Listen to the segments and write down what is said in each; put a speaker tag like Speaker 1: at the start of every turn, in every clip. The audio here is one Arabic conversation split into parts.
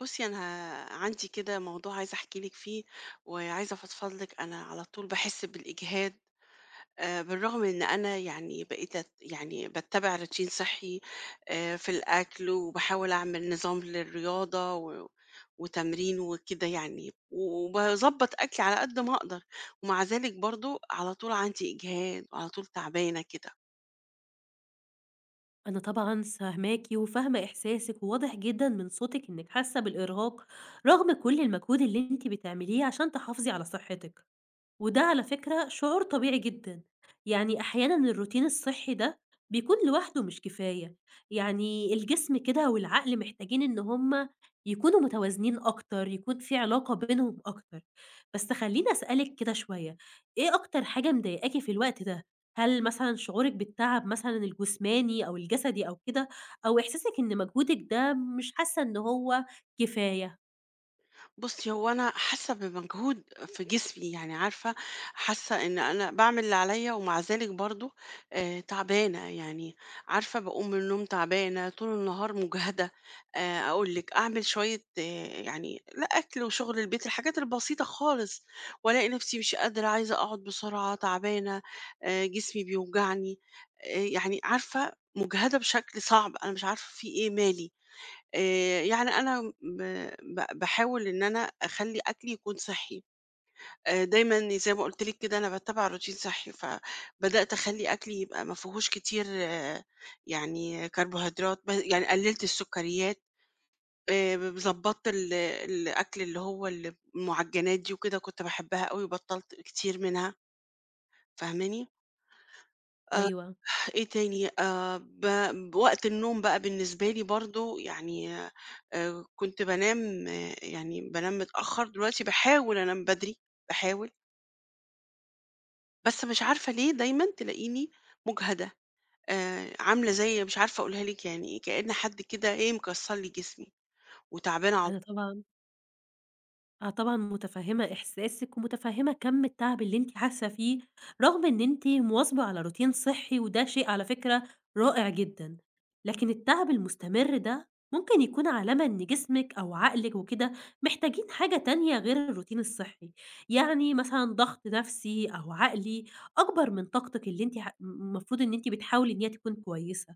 Speaker 1: بُصّي، أنا عندي كده موضوع عايزة أحكي لِك فيه، وعايزة أفضفض لِك، أنا على طول باحس بالإجهاد، بالرغم إن أنا يعني بقيت يعني باتّبع روتين صحّي، في الأكل وباحاول أعمل نظام للرياضة وتمرين وكده يعني، وباضبّط أكلي على قد ما أقدر، ومع ذلك برضه على طول عندي إجهاد، وعلى طول تعبانة كده.
Speaker 2: أنا طبعًا فاهماكِ وفاهمة إحساسِك، وواضح جدًا من صوتِك إنِّك حاسة بالإرهاق رغم كل المجهود اللي أنتِ بتعمليه عشان تحافظي على صحتِك. وده على فكرة شعور طبيعي جدًا، يعني أحيانًا الروتين الصحي ده بيكون لوحده مش كفاية، يعني الجسم كده والعقل محتاجين إن هُم يكونوا متوازنين أكتر، يكون في علاقة بينهم أكتر. بس خلّيني أسألِك كده شوية، إيه أكتر حاجة مضايقاكِ في الوقت ده؟ هل مثلًا شعورِك بالتعب مثلًا الجسماني أو الجسدي أو كده، أو إحساسِك إن مجهودِك ده مش حاسة إن هو كفاية؟
Speaker 1: بُصّي، هو أنا حاسة بمجهود في جسمي، يعني عارفة، حاسة إن أنا باعمل اللي عليّا ومع ذلك برضه تعبانة، يعني عارفة باقوم من النوم تعبانة، طول النهار مُجهدة. أقول لِك أعمل شوية يعني لأ، أكْل وشُغل البيت، الحاجات البسيطة خالص، وألاقي نَفْسي مش قادرة، عايزة أقعُد بسرعة، تعبانة، جسمي بيوجعني، يعني عارفة مُجهدة بشكل صعب، أنا مش عارفة في إيه، مالي؟ يعني أنا ب ب باحاول إن أنا أخلّي أكلي يكون صحّي. دايمًا زي ما قُلت لِك كده أنا باتّبع روتين صحّي، فبدأت أخلّي أكلي يبقى ما فيهوش كتير يعني كربوهيدرات، يعني قلّلت السُكّريات، ب ضبّطت الأكل اللي هو المعجّنات دي وكده كنت باحبها أوي، بطّلت كتير منها، فاهماني؟ آآ
Speaker 2: أيوه،
Speaker 1: إيه تاني؟ ب وقت النوم بقى بالنسبة لي برضه يعني كنت بانام يعني بانام متأخّر، دلوقتي باحاول أنام بدري، باحاول، بس مش عارفة ليه دايمًا تلاقيني مُجهدة. عاملة زي مش عارفة أقولها لِك يعني إيه، كأن حد كده إيه مكسّر لي جسمي وتعبانة على.
Speaker 2: أنا طبعًا متفهّمة إحساسِك، ومتفهّمة كَم التعب اللي أنتِ حاسة فيه، رغم إن أنتِ مواظبة على روتين صحّي، وده شيء على فكرة رائع جدًا. لكن التعب المستمر ده ممكن يكون علامة إن جسمِك أو عقلِك وكده محتاجين حاجة تانية غير الروتين الصحّي، يعني مثلًا ضغط نفسي أو عقلي أكبر من طاقتِك اللي أنتِ ح م المفروض إن أنتِ بتحاولي إن هي تكون كويسة.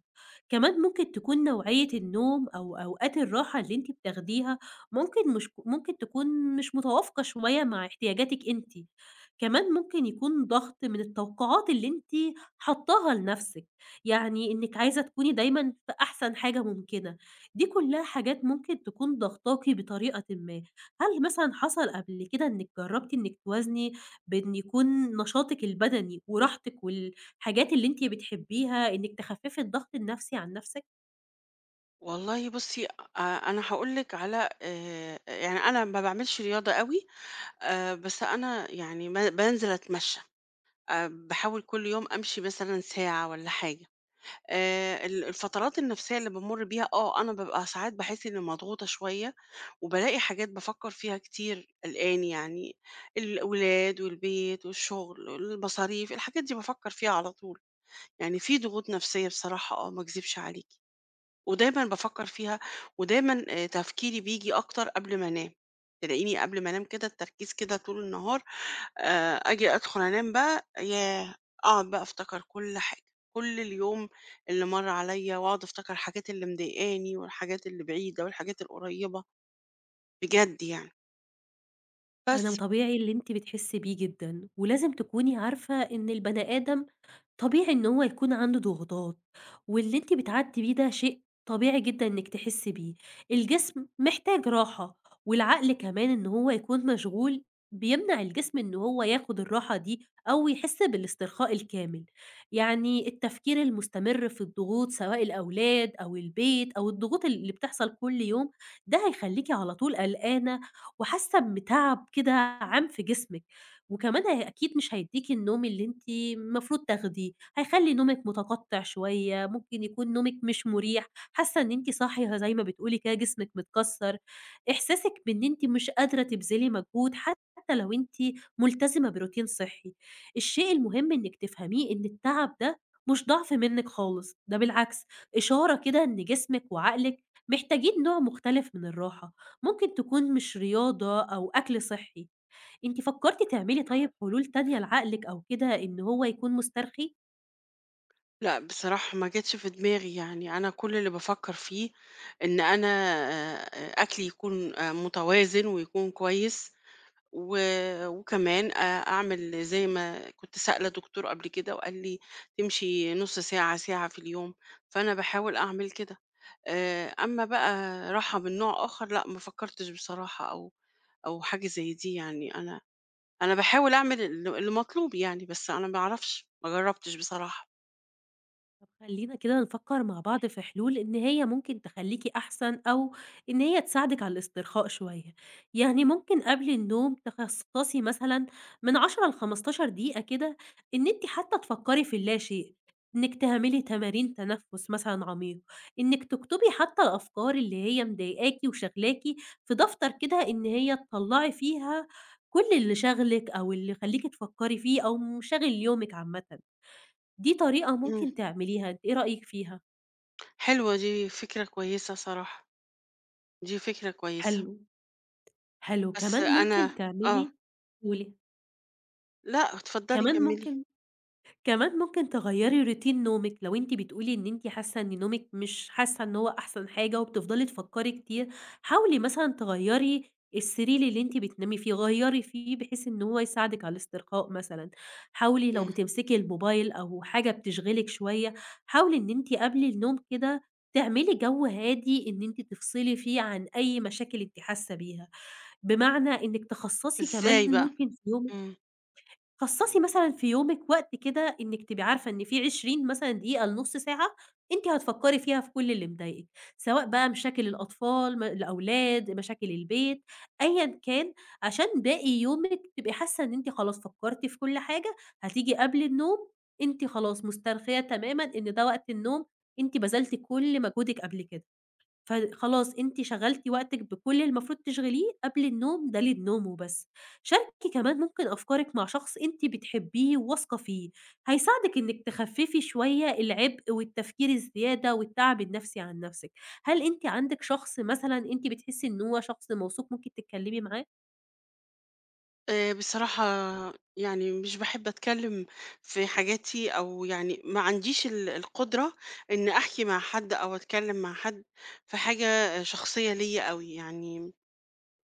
Speaker 2: كمان ممكن تكون نوعية النوم أو أوقات الراحة اللي أنتِ بتاخديها ممكن مش ممكن تكون مش متوافقة شوية مع احتياجاتِك أنتِ، كمان ممكن يكون ضغط من التوقعات اللي أنتِ حاطاها لنفسِك، يعني إنِّك عايزة تكوني دايمًا في أحسن حاجة ممكنة، دي كلها حاجات ممكن تكون ضاغطاكِ بطريقةٍ ما. هل مثلًا حصل قبل كده إنِّك جرّبتِ إنِّك توازني بين يكون نشاطِك البدني وراحتِك والحاجات اللي أنتِ بتحبيها، إنِّك تخفّفي الضغط النفسي عن نفسِك؟
Speaker 1: والله بُصّي، أنا هاقول لِك على، يعني أنا ما باعملش رياضة أوي، بس أنا يعني بانزل أتمشّى. باحاول كل يوم أمشي مثلًا ساعة والّا حاجة. ال الفترات النفسية اللي بامُر بيها أنا بابقى ساعات باحس إنّي مضغوطة شوية، وبالاقي حاجات بافكّر فيها كتير قلقاني يعني، الأولاد والبيت والشغل والمصاريف، الحاجات دي بافكّر فيها على طول. يعني في ضغوط نفسية بصراحة ما اكذبش عليكِ. ودايمًا بافكّر فيها، ودايمًا تفكيري بييجي أكتر قبل ما أنام، تلاقيني قبل ما أنام كده التركيز كده طول النهار، آجي أدخل أنام بقى، ياه! أقعد بقى أفتكر كل حاجة، كل اليوم اللي مَر عليَّ، وأقعد أفتكر الحاجات اللي مضايقاني، والحاجات اللي بعيدة، والحاجات القريبة، بجد يعني.
Speaker 2: أنا
Speaker 1: بس،
Speaker 2: طبيعي اللي أنتِ بتحسّي بيه جدًا، ولازم تكوني عارفة إن البني آدم طبيعي إن هو يكون عنده ضغوطات، واللي أنتِ بتعدّي بيه ده شيء طبيعي جدًا إنِّك تحسّي بيه، الجسم محتاج راحة، والعقل كمان إن هو يكون مشغول بيمنع الجسم إن هو ياخد الراحة دي أو يحس بالاسترخاء الكامل، يعني التفكير المستمر في الضغوط سواء الأولاد أو البيت أو الضغوط اللي بتحصل كل يوم، ده هيخلّيكِ على طول قلقانة وحاسة بتعب كده عام في جسمِك، وكمان هي أكيد مش هيدّيكِ النوم اللي أنتِ المفروض تاخديه، هيخلّي نومِك متقطّع شوية، ممكن يكون نومِك مش مُريح، حاسة إن أنتِ صاحية زي ما بتقولي كده جسمِك متكسّر، إحساسِك بإن أنتِ مش قادرة تبذلي مجهود حتى لو أنتِ ملتزمة بروتين صحّي. الشيء المهم إنِّك تفهميه إن التعب ده مش ضعف منِّك خالص، ده بالعكس إشارة كده إن جسمِك وعقلِك محتاجين نوع مختلف من الراحة، ممكن تكون مش رياضة أو أكل صحّي، أنتِ فكرتِ تعملي طيب حلول تانية لعقلِك أو كده إن هو يكون مسترخي؟
Speaker 1: لأ بصراحة ما جاتش في دماغي يعني، أنا كل اللي بافكّر فيه إن أنا أكلي يكون متوازن ويكون كويس، و وكمان أعمل زي ما كنت سائلة دكتور قبل كده وقال لي تمشي نُص ساعة، ساعة في اليوم، فأنا باحاول أعمل كده. أمّا بقى راحة من نوع آخر، لأ، ما فكّرتش بصراحة، أو حاجة زي دي يعني، أنا باحاول أعمل المطلوب يعني، بس أنا ما أعرفش، ما جرّبتش بصراحة.
Speaker 2: طب خلّينا كده نفكّر مع بعض في حلول إن هي ممكن تخلّيكِ أحسن أو إن هي تساعدِك على الاسترخاء شوية، يعني ممكن قبل النوم تخصّصي مثلًا من 10 ل15 دقيقة كده إن أنتِ حتى تفكّري في اللاشيء، إنِّك تعملي تمارين تنفُّس مثلًا عميق، إنِّك تكتبي حتى الأفكار اللي هي مضايقاكِ وشاغلاكِ في دفتر كده إن هي تطلّعي فيها كل اللي شاغلِك أو اللي يخلّيكِ تفكّري فيه أو مشاغل يومِك عامةً. دي طريقة
Speaker 1: إمم.
Speaker 2: ممكن تعمليها، أنتِ إيه رأيِك فيها؟
Speaker 1: حلوة دي فكرة كويسة صراحة، دي فكرة كويسة.
Speaker 2: حلو، حلو،
Speaker 1: بس
Speaker 2: كمان
Speaker 1: أنا،
Speaker 2: ممكن
Speaker 1: آه.
Speaker 2: تعملي قولي،
Speaker 1: لأ، اتفضلي
Speaker 2: كمان
Speaker 1: كمّلي.
Speaker 2: ممكن كمان ممكن تغيّري روتين نومِك، لو أنتِ بتقولي إن أنتِ حاسة إن نومِك مش حاسة إن هو أحسن حاجة وبتفضلي تفكّري كتير، حاولي مثلًا تغيّري السرير اللي أنتِ بتنامي فيه، غيّري فيه بحيث إن هو يساعدِك على الاسترخاء مثلًا. حاولي لو
Speaker 1: إمم.
Speaker 2: بتمسكي الموبايل أو حاجة بتشغلِك شوية، حاولي إن أنتِ قبل النوم كده تعملي جو هادي إن أنتِ تفصلي فيه عن أي مشاكل أنتِ حاسة بيها، بمعنى إنِّك تخصّصي
Speaker 1: إزاي
Speaker 2: كمان
Speaker 1: بقى؟
Speaker 2: ممكن في يومِك
Speaker 1: إمم.
Speaker 2: خصّصي مثلًا في يومِك وقت كده إنِّك تبقي عارفة إن في 20 مثلًا دقيقة لنُص ساعة أنتِ هتفكّري فيها في كل اللي مضايقِك، سواء بقى مشاكل الأطفال، الأولاد، مشاكل البيت، أيًا كان، عشان باقي يومِك تبقي حاسة إن أنتِ خلاص فكّرتِ في كل حاجة، هتيجي قبل النوم أنتِ خلاص مسترخية تمامًا إن ده وقت النوم، أنتِ بذلتِ كل مجهودِك قبل كده. فخلاص أنتِ شغّلتِ وقتِك بكل اللي المفروض تشغليه قبل النوم ده للنوم وبس. شاركي كمان ممكن أفكارِك مع شخص أنتِ بتحبيه وواثقة فيه، هيساعدِك إنِّك تخفّفي شوية العبء والتفكير الزيادة والتعب النفسي عن نَفْسِك. هل أنتِ عندِك شخص مثلًا أنتِ بتحسّي إن هو شخص موثوق ممكن تتكلّمي معاه؟
Speaker 1: بصراحة يعني مش باحب أتكلم في حاجاتي، أو يعني ما عنديش القدرة إن أحكي مع حد أو أتكلم مع حد في حاجة شخصية ليّا أوي، يعني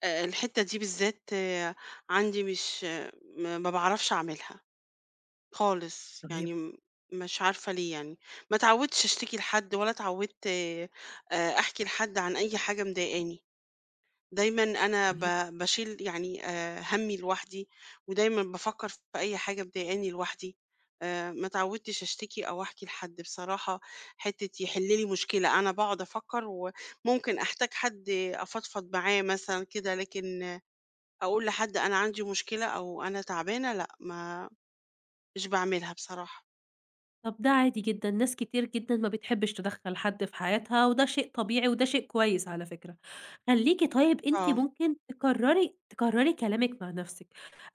Speaker 1: الحتّة دي بالذات عندي مش، ما باعرفش أعملها خالص، يعني
Speaker 2: طيب،
Speaker 1: مش عارفة ليه يعني، ما اتعودتش أشتكي لحد ولا اتعودت أحكي لحد عن أي حاجة مضايقاني. دايمًا أنا
Speaker 2: طيب.
Speaker 1: باشيل يعني هَمّي لوحدي، ودايمًا بافكّر في أي حاجة مضايقاني لوحدي، ما اتعودتش أشتكي أو أحكي لحد بصراحة حتّة يحل لي مشكلة، أنا باقعد أفكّر وممكن أحتاج حد أفضفض معاه مثلًا كده، لكن أقول لحد أنا عندي مشكلة أو أنا تعبانة، لأ، ما مش باعملها بصراحة.
Speaker 2: طب ده عادي جدًا، ناس كتير جدًا ما بتحبش تدخّل حد في حياتها، وده شيء طبيعي وده شيء كويس على فكرة. خلّيكِ طيب أنتِ
Speaker 1: آه،
Speaker 2: ممكن تكرّري كلامِك مع نَفْسِك،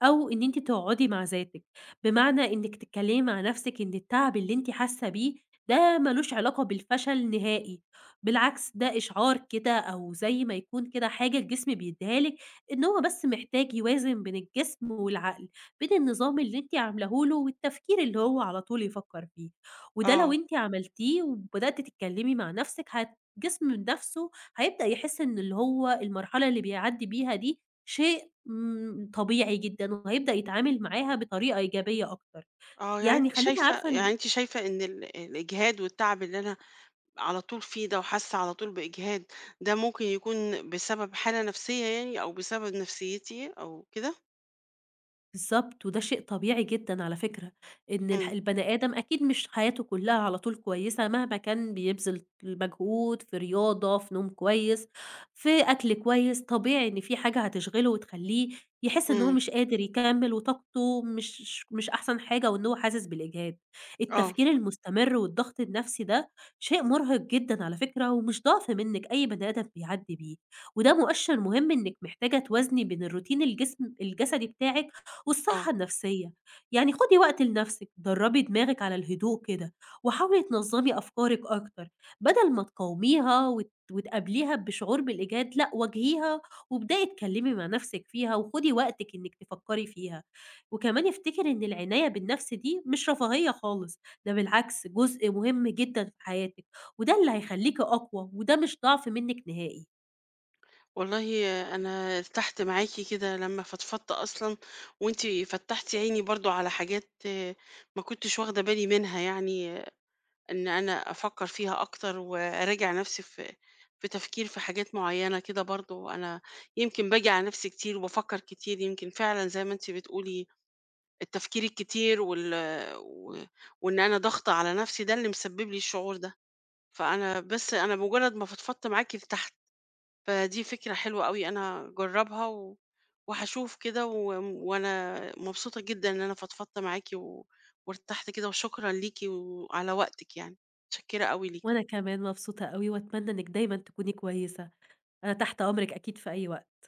Speaker 2: أو إن أنتِ تقعدي مع ذاتِك، بمعنى إنِّك تتكلّمي مع نَفْسِك إن التعب اللي أنتِ حاسة بيه ده ما لوش علاقة بالفشل نهائي، بالعكس ده إشعار كده أو زي ما يكون كده حاجة الجسم بيدّيها لِك إن هو بس محتاج يوازن بين الجسم والعقل. بين النظام اللي أنتِ عاملاه له والتفكير اللي هو على طول يفكّر فيه، وده لو
Speaker 1: آه،
Speaker 2: أنتِ عملتيه وبدأتِ تتكلّمي مع نَفْسِك جسم من نَفْسه هيبدأ يحس إن اللي هو المرحلة اللي بيعدّي بيها دي شيء طبيعي جدًا وهيبدأ يتعامل معاها بطريقة إيجابية أكتر،
Speaker 1: آه، يعني
Speaker 2: يعني
Speaker 1: أنتِ
Speaker 2: خلّيكِ
Speaker 1: شايفة،
Speaker 2: عارفة
Speaker 1: إن الإجهاد والتعب اللي أنا على طول في ده وحاسة على طول بإجهاد، ده ممكن يكون بسبب حالة نفسية يعني، أو بسبب نفسيتي أو كده؟
Speaker 2: بالضبط، وده شيء طبيعي جدًا على فكرة، إن
Speaker 1: إمم،
Speaker 2: البني آدم أكيد مش حياته كلها على طول كويسة مهما كان بيبذل مجهود في رياضة، في نوم كويس، في أكل كويس، طبيعي إن في حاجة هتشغله وتخلّيه يحس إن هو
Speaker 1: إمم،
Speaker 2: مش قادر يكمّل وطاقته مش أحسن حاجة وإن هو حاسس بالإجهاد.
Speaker 1: آه،
Speaker 2: التفكير المستمر والضغط النفسي ده شيء مرهق جدًا على فكرة ومش ضعف منِّك، أي بني آدم بيعدّي بيه، وده مؤشر مهم إنِّك محتاجة توازني بين الروتين الجسدي بتاعِك والصحة
Speaker 1: آه،
Speaker 2: النفسية. يعني خُدي وقت لنَفْسِك، درّبي دماغِك على الهدوء كده، وحاولي تنظّمي أفكارِك أكتر، بدل ما تقاوميها وتقابليها بشعور بالإيجاد، لأ واجهيها وابدئي اتكلّمي مع نَفْسِك فيها وخُدي وقتِك إنِّك تفكّري فيها. وكمان افتكري إن العناية بالنَفْس دي مش رفاهية خالص، ده بالعكس جزء مهم جدًا في حياتِك، وده اللي هيخلّيكِ أقوى، وده مش ضعف منِّك نهائي.
Speaker 1: والله أنا ارتحت معاكِ كده لمّا فضفضت أصلًا، وأنتِ فتّحتِ عيني برضه على حاجات ما كنتش واخدة بالي منها يعني، آه، إن أنا أفكّر فيها أكتر وأراجع نفسي في تفكير في حاجات معيّنة كده برضه، أنا يمكن باجي على نفسي كتير وبافكّر كتير، يمكن فعلًا زي ما أنتِ بتقولي التفكير الكتير وال و وإن أنا ضاغطة على نفسي ده اللي مسبب لي الشعور ده، فأنا بس أنا بمجرد ما فضفضت معاكِ ارتحت، فدي فكرة حلوة أوي أنا هاجربها وهاشوف كده وأنا مبسوطة جدًا إن أنا فضفضت معاكِ وارتحت كده، وشكرًا ليكِ وعلى وقتِك يعني، متشكرة أوي ليكِ.
Speaker 2: وأنا كمان مبسوطة أوي وأتمنى إنِّك دايمًا تكوني كويسة. أنا تحت أمرِك أكيد في أي وقت.